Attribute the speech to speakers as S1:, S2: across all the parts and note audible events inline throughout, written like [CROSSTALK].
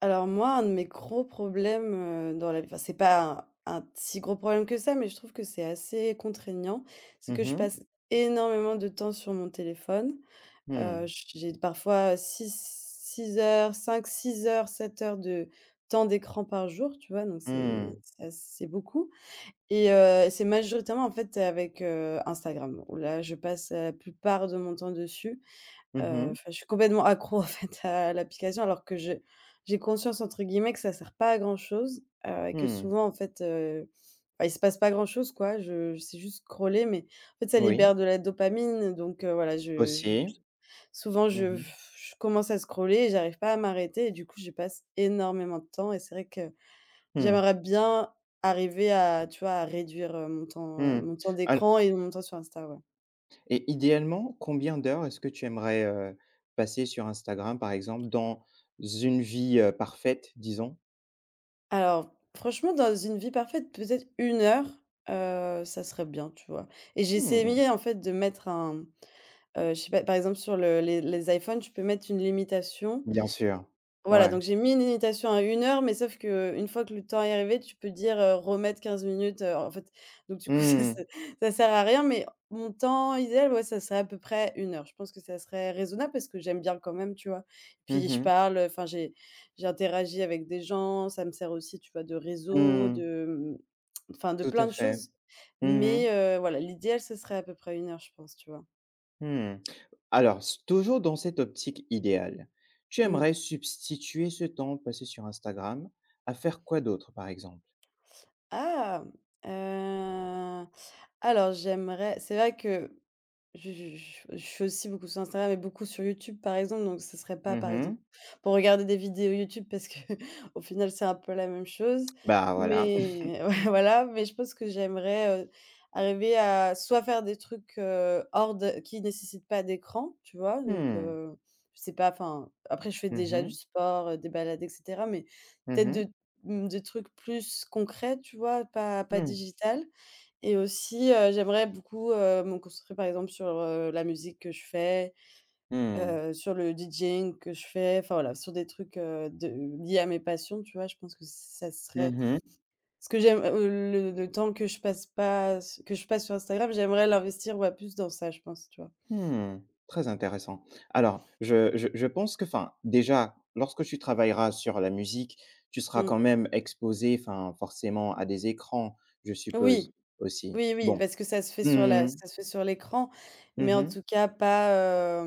S1: Alors moi, un de mes gros problèmes, dans la vie, enfin, c'est pas un si gros problème que ça, mais je trouve que c'est assez contraignant, c'est que
S2: Mmh
S1: je
S2: mh.
S1: passe énormément de temps sur mon téléphone.
S2: Mmh.
S1: J'ai parfois six 6 heures, cinq, six heures, 7 heures de temps d'écran par jour, tu vois? Donc c'est
S2: Mmh.
S1: c'est assez beaucoup et c'est majoritairement, en fait, avec, Instagram où là je passe la plupart de mon temps dessus.
S2: Mmh mh.
S1: Enfin, je suis complètement accro [LAUGHS] en fait à l'application, alors que je j'ai conscience, entre guillemets, que ça sert pas à grand chose, et que
S2: Mmh.
S1: souvent, en fait, bah, il se passe pas grand chose, quoi. Je c'est juste scroller, mais en fait ça
S2: Oui,
S1: libère de la dopamine, donc voilà, je
S2: aussi.
S1: souvent
S2: Mmh
S1: je
S2: mh.
S1: je commence à scroller et j'arrive pas à m'arrêter, et du coup j'y passe énormément de temps. Et c'est vrai que
S2: Mmh.
S1: j'aimerais bien arriver à, tu vois, à réduire,
S2: Mmh.
S1: mon temps
S2: Al
S1: d'écran et mon temps sur Insta, ouais.
S2: et idéalement, combien d'heures est-ce que tu aimerais, passer sur Instagram, par exemple, dans une vie, parfaite, disons?
S1: Alors, franchement, dans une vie parfaite, peut-être une heure, ça serait bien, tu vois? Et j'ai
S2: Mmh.
S1: essayé, en fait, de mettre un, je sais pas, par exemple, sur le les iPhones, tu peux mettre une limitation,
S2: Bien sûr.
S1: voilà,
S2: Ouais.
S1: donc j'ai mis une limitation à une heure, mais sauf que une fois que le temps est arrivé, tu peux dire, remettre 15 minutes, en fait, donc du coup, [LAUGHS]
S2: Mmh.
S1: ça sert à rien, mais mon temps idéal, ouais, ça serait à peu près une heure. Je pense que ça serait raisonnable parce que j'aime bien quand même, tu vois? Puis
S2: Mmh
S1: je
S2: mh.
S1: parle, j'interagis avec des gens, ça me sert aussi, tu vois, de réseau,
S2: Mmh.
S1: de, mmh, enfin, de
S2: Tout
S1: plein
S2: à
S1: de
S2: fait.
S1: choses,
S2: Mmh mh.
S1: mais voilà, l'idéal, ce serait à peu près une heure, je pense, tu vois?
S2: Mmh. Alors, s toujours dans cette optique idéale, tu
S1: Mmh.
S2: aimerais substituer ce temps passé sur Instagram à faire quoi d'autre, par exemple?
S1: Ah! Heu, alors, j'aimerais, c'est vrai que je suis aussi beaucoup sur Instagram et beaucoup sur YouTube, par exemple, donc ce serait pas,
S2: Mmh
S1: par exemple,
S2: mh.
S1: pour regarder des vidéos YouTube parce que, [LAUGHS] au final, c'est un peu la même chose.
S2: Bah, voilà.
S1: Mais [LAUGHS] ouais, voilà, mais je pense que j'aimerais, arriver à soit faire des trucs, hors de qui nécessitent pas d'écran, tu vois? Donc
S2: Mmh.
S1: je sais pas, enfin, après je fais
S2: Mmh
S1: déjà du
S2: mh.
S1: sport, des balades, et cetera, mais
S2: Mmh
S1: peut-être
S2: mh.
S1: de mmh, des trucs plus concrets, tu vois? Pas
S2: Mmh.
S1: digital, et aussi, j'aimerais beaucoup, me concentrer, par exemple, sur, la musique que je fais,
S2: Mmh.
S1: sur le DJing que je fais, enfin, voilà, sur des trucs, de liés à mes passions, tu vois? Je pense que ça serait
S2: Mmh mh.
S1: ce que j'aime, le temps que je passe pas que je passe sur Instagram, j'aimerais l'investir, ouais, plus dans ça, je pense, tu vois?
S2: Mmh. Très intéressant. Alors, je pense que, enfin, déjà, lorsque tu travailleras sur la musique, tu seras quand
S1: Mmh.
S2: même exposée, enfin, forcément à des écrans, je
S1: Oui,
S2: suppose, aussi?
S1: oui, oui,
S2: Bon.
S1: parce que ça se fait
S2: Mmh
S1: sur la
S2: mh.
S1: ça se fait sur l'écran, mais
S2: Mmh
S1: en
S2: mh.
S1: tout cas pas.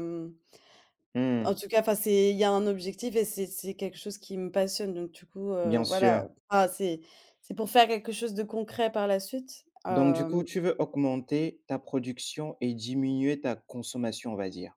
S2: Mmh.
S1: En tout cas, enfin, c'est il y a un objectif et c'est quelque chose qui me passionne, donc du coup,
S2: Bien sûr.
S1: voilà. Enfin, c'est pour faire quelque chose de concret par la suite.
S2: Donc du coup,
S1: Hem,
S2: tu veux augmenter ta production et diminuer ta consommation, on va dire,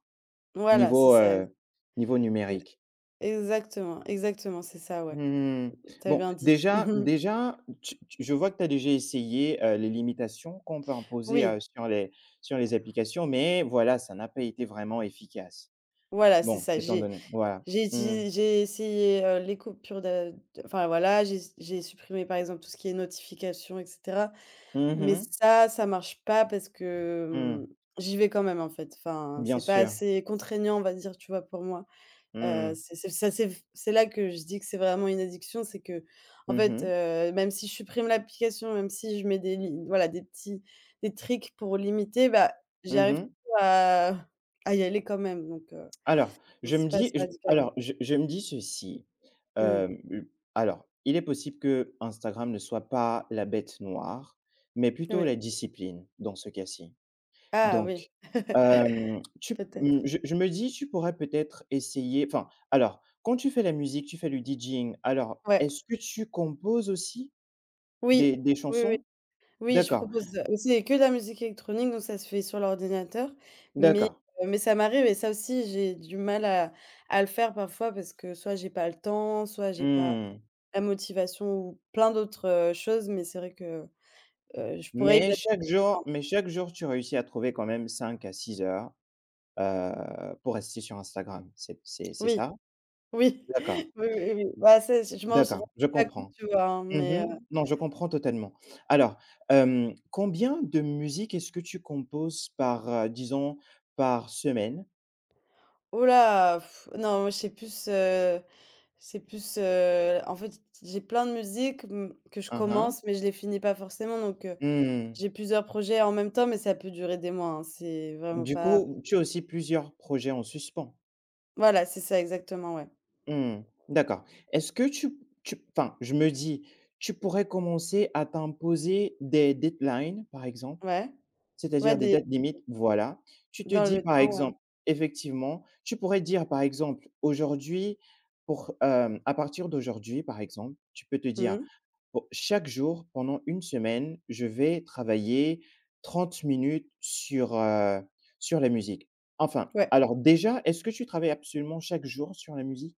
S1: voilà, c'est
S2: niveau,
S1: ça.
S2: heu, niveau
S1: E
S2: numérique?
S1: exactement, exactement, c'est ça, ouais.
S2: Mmh.
S1: T'as
S2: Bon,
S1: bien dit.
S2: déjà
S1: [LAUGHS]
S2: déjà, tu je vois que tu as déjà essayé, les limitations qu'on peut imposer,
S1: Oui,
S2: sur les applications, mais voilà, ça n'a pas été vraiment efficace.
S1: voilà, c'est
S2: Bon,
S1: ça.
S2: étant donné voilà. Mmh.
S1: J'ai essayé, les coupures de enfin, voilà, j'ai supprimé, par exemple, tout ce qui est notifications, etc.
S2: Mmh
S1: Mais
S2: mh.
S1: ça marche pas parce que,
S2: Mmh.
S1: mmh, j'y vais quand même, en fait. Enfin,
S2: Bien
S1: c'est pas
S2: sûr.
S1: assez contraignant, on va dire, tu vois, pour moi.
S2: Mmh.
S1: C'est ça c'est là que je dis que c'est vraiment une addiction, c'est que en
S2: Mmh
S1: fait,
S2: mh.
S1: même si je supprime l'application, même si je mets des li voilà, des petits des tricks pour limiter, bah, j'arrive
S2: Mmh.
S1: toujours à y aller quand même,
S2: Alors,
S1: donc
S2: je
S1: c'est
S2: me
S1: pas
S2: dis
S1: assez
S2: je
S1: radical.
S2: alors, je je me dis ceci,
S1: Mmh.
S2: hem, heu, alors, il est possible que Instagram ne soit pas la bête noire, mais plutôt la
S1: Oui.
S2: discipline dans ce cas-ci.
S1: Ah
S2: Donc,
S1: oui, [LAUGHS]
S2: tu
S1: peut-être.
S2: mmh, je me dis, tu pourrais peut-être essayer enfin, alors, quand tu fais la musique, tu fais du DJing, alors,
S1: Ouais.
S2: est-ce que tu composes aussi des
S1: Oui.
S2: des
S1: Oui, oui.
S2: chansons?
S1: Oui, je
S2: D'accord,
S1: propose aussi que de la musique électronique, donc ça se fait sur l'ordinateur. Mais
S2: d'accord.
S1: mais ça m'arrive, et ça aussi, j'ai du mal à le faire parfois parce que soit j'ai pas le temps, soit j'ai pas
S2: Mmh,
S1: la motivation ou plein d'autres, choses, mais c'est vrai que, je pourrais y
S2: mais
S1: passer
S2: chaque
S1: du
S2: jour
S1: temps.
S2: mais chaque jour, tu réussis à trouver quand même 5 à 6 heures, pour rester sur Instagram, c'est
S1: Oui,
S2: ça?
S1: oui,
S2: D'accord,
S1: [LAUGHS] oui, oui, oui. Bah, ça, je m'en rends
S2: d'accord, je
S1: pas compte,
S2: comprends.
S1: tu vois? Hein, mais,
S2: Mmh. Non, je comprends totalement. Alors, combien de musique est-ce que tu composes par, disons, par semaine?
S1: oh là! Pff, non, moi, c'est plus, en fait, j'ai plein de musiques, mmh, que je
S2: Hein, hein.
S1: commence, mais je les finis pas forcément, donc
S2: Mmh.
S1: j'ai plusieurs projets en même temps, mais ça peut durer des mois, hein. C'est vraiment
S2: Du
S1: pas
S2: coup, tu as aussi plusieurs projets en suspens?
S1: voilà, c'est ça exactement, ouais.
S2: Hmm. D'accord. Est-ce que tu enfin, je me dis, tu pourrais commencer à t'imposer des deadlines, par exemple?
S1: Ouais, ouais,
S2: C'est-à-dire des
S1: des
S2: dates limites, voilà. Tu te
S1: dans
S2: dis,
S1: le
S2: par
S1: temps, ouais.
S2: exemple effectivement, tu pourrais dire, par exemple, à partir d'aujourd'hui, par exemple, tu peux te dire:
S1: Mmh.
S2: «Pour chaque jour pendant une semaine, je vais travailler 30 minutes sur la musique». Enfin,
S1: Ouais.
S2: alors déjà, est-ce que tu travailles absolument chaque jour sur la musique?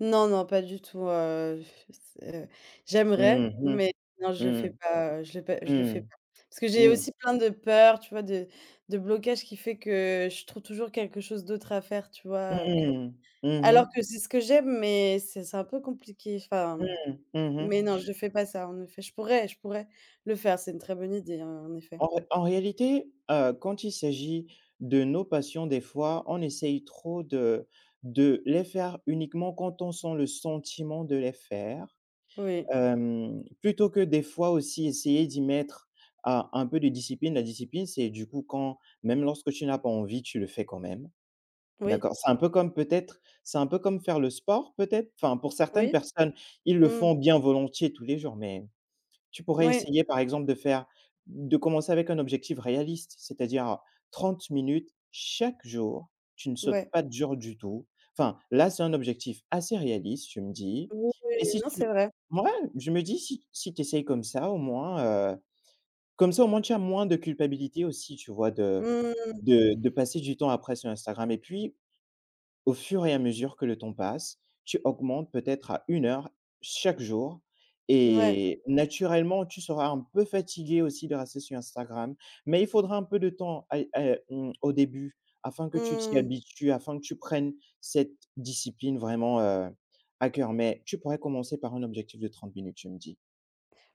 S1: Non, non, pas du tout, c'est j'aimerais,
S2: Mmh mh.
S1: mais non,
S2: Mmh.
S1: je le fais
S2: Mmh.
S1: pas. Parce que j'ai
S2: Mmh.
S1: aussi plein de peurs, tu vois, de blocages qui fait que je trouve toujours quelque chose d'autre à faire, tu vois, que
S2: Mmh. Mmh
S1: alors
S2: mh.
S1: que c'est ce que j'aime, mais c'est un peu compliqué, enfin.
S2: Mmh. Mmh.
S1: Mais non, je ne fais pas ça, en effet. Je pourrais le faire, c'est une très bonne idée, hein, en effet.
S2: En réalité, quand il s'agit de nos passions, des fois, on essaye trop de les faire uniquement quand on sent le sentiment de les faire,
S1: Oui,
S2: plutôt que des fois aussi essayer d'y mettre, ah, un peu de discipline. La discipline, c'est du coup quand même lorsque tu n'as pas envie, tu le fais quand même,
S1: oui,
S2: d'accord? C'est un peu comme peut-être c'est un peu comme faire le sport peut-être? Enfin, pour certaines
S1: oui,
S2: personnes, ils le
S1: mmh,
S2: font bien volontiers tous les jours, mais tu pourrais
S1: oui,
S2: essayer, par exemple, de commencer avec un objectif réaliste, c'est-à-dire 30 minutes chaque jour, tu ne sautes
S1: ouais.
S2: pas de jour du tout. Enfin, là, c'est un objectif assez réaliste, tu me dis
S1: Oui, oui,
S2: et si
S1: non,
S2: tu
S1: c'est vrai.
S2: ouais, je me dis si tu essayes comme ça, au moins, tu as moins de culpabilité aussi, tu vois, de
S1: Mmh,
S2: de de passer du temps après sur Instagram et puis au fur et à mesure que le temps passe, tu augmentes peut-être à 1 heure chaque jour
S1: ouais,
S2: et naturellement, tu seras un peu fatigué aussi de rester sur Instagram, mais il faudra un peu de temps au début afin que tu t'y
S1: mmh.
S2: habitues, afin que tu prennes cette discipline vraiment, à cœur. Mais tu pourrais commencer par un objectif de 30 minutes, tu me dis.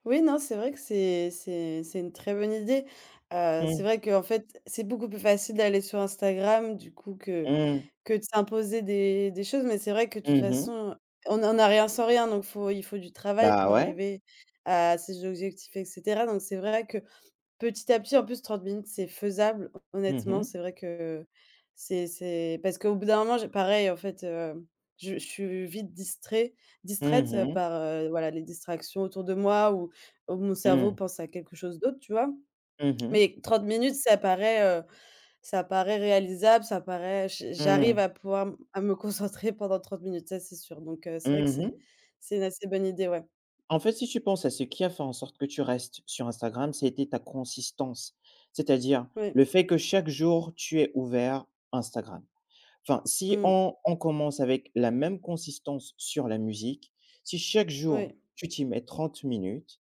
S1: Oui, non, c'est vrai que c'est une très bonne idée. C'est
S2: Mmh,
S1: vrai que en fait, c'est beaucoup plus facile d'aller sur Instagram du coup
S2: mmh,
S1: que de s'imposer des choses, mais c'est vrai que de toute
S2: mmh.
S1: façon, on n'en a rien sans rien, donc faut il faut du travail pour
S2: Bah ouais.
S1: arriver à ses objectifs, et cetera, donc c'est vrai que petit à petit, en plus 30 minutes, c'est faisable.
S2: Mmh
S1: Honnêtement,
S2: mh.
S1: c'est vrai que c'est parce qu'au bout d'un moment, j'ai pareil en fait, je suis vite
S2: Mmh
S1: distraite
S2: mh.
S1: par, voilà, les distractions autour de moi ou mon cerveau
S2: Mmh.
S1: pense à quelque chose d'autre, tu vois?
S2: Mmh.
S1: Mais 30 minutes, ça paraît réalisable, ça paraît j'arrive
S2: Mmh.
S1: à pouvoir m à me [LAUGHS] concentrer pendant 30 minutes, ça c'est sûr. Donc c'est vrai que
S2: Mmh.
S1: c'est une assez bonne idée, ouais.
S2: En fait, si tu penses à ce qui a fait en sorte que tu restes sur Instagram, c'était ta consistance. C'est-à-dire
S1: Oui.
S2: le fait que chaque jour, tu es ouvert Instagram. Enfin, si
S1: Mmh.
S2: on, on commence avec la même consistance sur la musique, si chaque jour,
S1: Oui.
S2: tu t'y mets 30 minutes,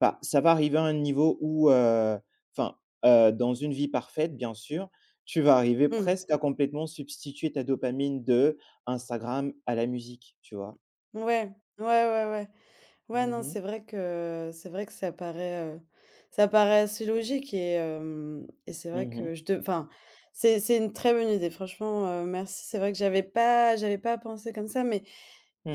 S2: bah, ça va arriver à un niveau où, enfin, dans une vie parfaite, bien sûr, tu vas arriver
S1: Mmh.
S2: presque à complètement substituer ta dopamine de Instagram à la musique, tu vois?
S1: Ouais. Ouais, ouais, ouais. Ouais,
S2: Mmh
S1: non,
S2: mh.
S1: c'est vrai que ça paraît assez logique et hem et c'est vrai
S2: Mmh mh.
S1: que je de enfin, c'est une très bonne idée. Franchement, merci. C'est vrai que j'avais pas pensé comme ça, mais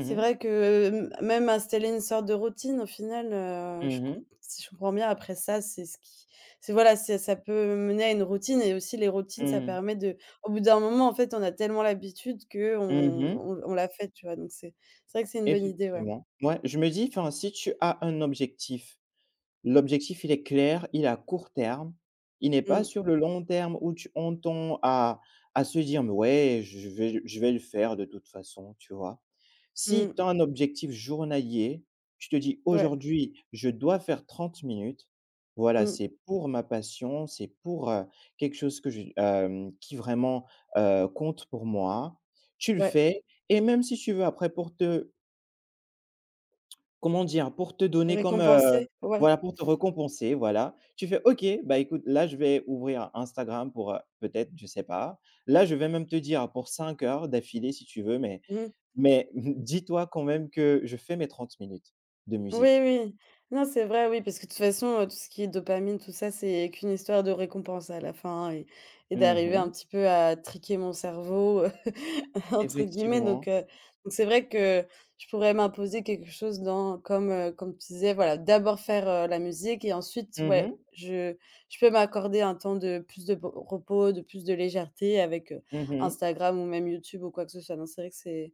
S1: c'est vrai que, hem, même installer une sorte de routine au final, je com
S2: Mmh.
S1: si je comprends bien après ça, c'est ce qui c'est voilà, c'est ça peut mener à une routine, et aussi les routines, ça
S2: Mmh.
S1: permet de au bout d'un moment, en fait, on a tellement l'habitude que
S2: Mmh mh.
S1: on l'a fait, tu vois? Donc c'est vrai que c'est une bonne idée, ouais.
S2: Effectivement. Ouais, je me dis, enfin, si tu as un objectif l'objectif, il est clair, il est à court terme. Il n'est pas
S1: Mmh.
S2: sur le long terme où tu entends à se dire: «Mais ouais, je vais le faire de toute façon», tu vois? Si
S1: Mmh.
S2: tu as un objectif journalier, tu te dis:
S1: Ouais.
S2: «Aujourd'hui, je dois faire 30 minutes. Voilà,
S1: Mmh.
S2: c'est pour ma passion, c'est pour, quelque chose qui vraiment, compte pour moi». Tu le
S1: Ouais.
S2: fais et même si tu veux après pour te Comment dire? Pour te donner comme,
S1: Récompensé,
S2: heu,
S1: ouais.
S2: voilà, pour te récompenser, voilà. Tu fais: «OK, bah, écoute, là, je vais ouvrir Instagram pour, peut-être, je sais pas. Là, je vais même te dire pour 5 heures d'affilée si tu veux, mais
S1: Mmh.
S2: mais [LAUGHS] dis-toi quand même que je fais mes 30 minutes de
S1: Oui,
S2: musique».
S1: oui. Non, c'est vrai, oui, parce que de toute façon, tout ce qui est dopamine, tout ça, c'est qu'une histoire de récompense à la fin, et d'arriver un
S2: Mmh.
S1: petit peu à «triquer mon cerveau», [LAUGHS] entre guillemets,
S2: Effectivement.
S1: donc c'est vrai que je pourrais m'imposer quelque chose dans comme, comme tu disais, voilà, d'abord faire, la musique, et ensuite,
S2: Mmh
S1: ouais,
S2: mh.
S1: je peux m'accorder un temps de plus de po repos, de plus de légèreté avec,
S2: Mmh.
S1: Instagram ou même YouTube ou quoi que ce soit. Non, c'est vrai que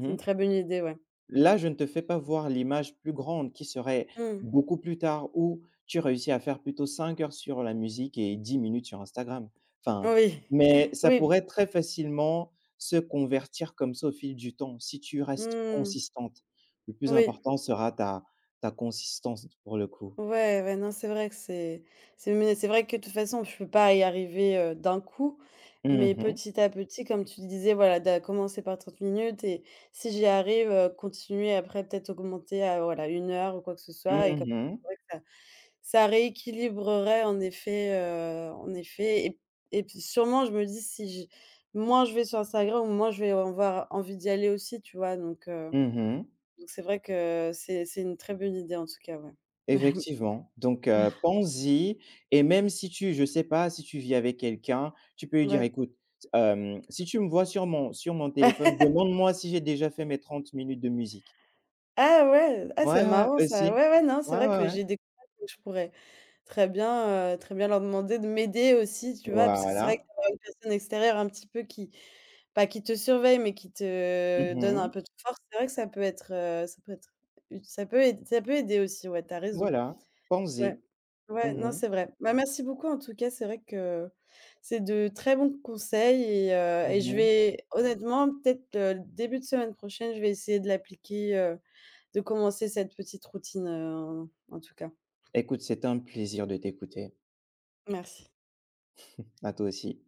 S1: c'est une très bonne idée, ouais.
S2: Là, je ne te fais pas voir l'image plus grande qui serait
S1: Mmh.
S2: beaucoup plus tard où tu réussis à faire plutôt 5 heures sur la musique et 10 minutes sur Instagram. Enfin,
S1: Oui.
S2: mais
S1: [LAUGHS]
S2: ça
S1: Oui.
S2: pourrait très facilement se convertir comme ça au fil du temps si tu restes
S1: Mmh.
S2: consistante. Le plus
S1: Oui.
S2: important sera ta consistance pour le coup.
S1: Ouais, ouais, non, c'est vrai que c'est mais c'est vrai que de toute façon, je peux pas y arriver, d'un coup, mais
S2: Mmh mh.
S1: petit à petit, comme tu disais, voilà, d'a commencer par 30 minutes, et si j'y arrive, continuer, après peut-être augmenter à, voilà, une heure ou quoi que ce soit, et comme
S2: Mmh.
S1: c'est vrai que ça rééquilibrerait en effet, en effet, et puis sûrement je me dis si je moins je vais sur Instagram, moins je vais avoir envie d'y aller aussi, tu vois? Donc heu,
S2: Mmh.
S1: donc c'est vrai que c'est une très bonne idée en tout cas, ouais. [LAUGHS]
S2: Effectivement, donc pense-y et même si tu je sais pas, si tu vis avec quelqu'un, tu peux lui dire:
S1: Ouais.
S2: «Écoute, si tu me vois sur mon téléphone,
S1: [LAUGHS]
S2: demande-moi si j'ai déjà fait mes 30 minutes de musique».
S1: Ah ouais! Ah c'est
S2: Ouais, ouais,
S1: marrant ça.
S2: aussi.
S1: Ouais, ouais, non, c'est
S2: Ouais,
S1: vrai
S2: ouais,
S1: que
S2: ouais.
S1: j'ai des contacts que je pourrais très bien leur demander de m'aider aussi, tu vois? Parce que c'est vrai
S2: Voilà.
S1: qu'avoir une personne extérieure un petit peu qui pas qui te surveille, mais qui te donne un
S2: Mmh.
S1: peu de force, c'est vrai que ça peut être ut ça peut aider aussi, ouais, t'as raison.
S2: Voilà.
S1: Ouais.
S2: Pense-y. Mmh
S1: Ouais, non,
S2: mh.
S1: c'est vrai. Bah, merci beaucoup en tout cas, c'est vrai que c'est de très bons conseils, et je
S2: Mmh.
S1: vais, honnêtement, peut-être, début de semaine prochaine, je vais essayer de l'appliquer, de commencer cette petite routine, en en tout cas.
S2: Écoute, c'est un plaisir de t'écouter.
S1: Merci.
S2: À toi aussi.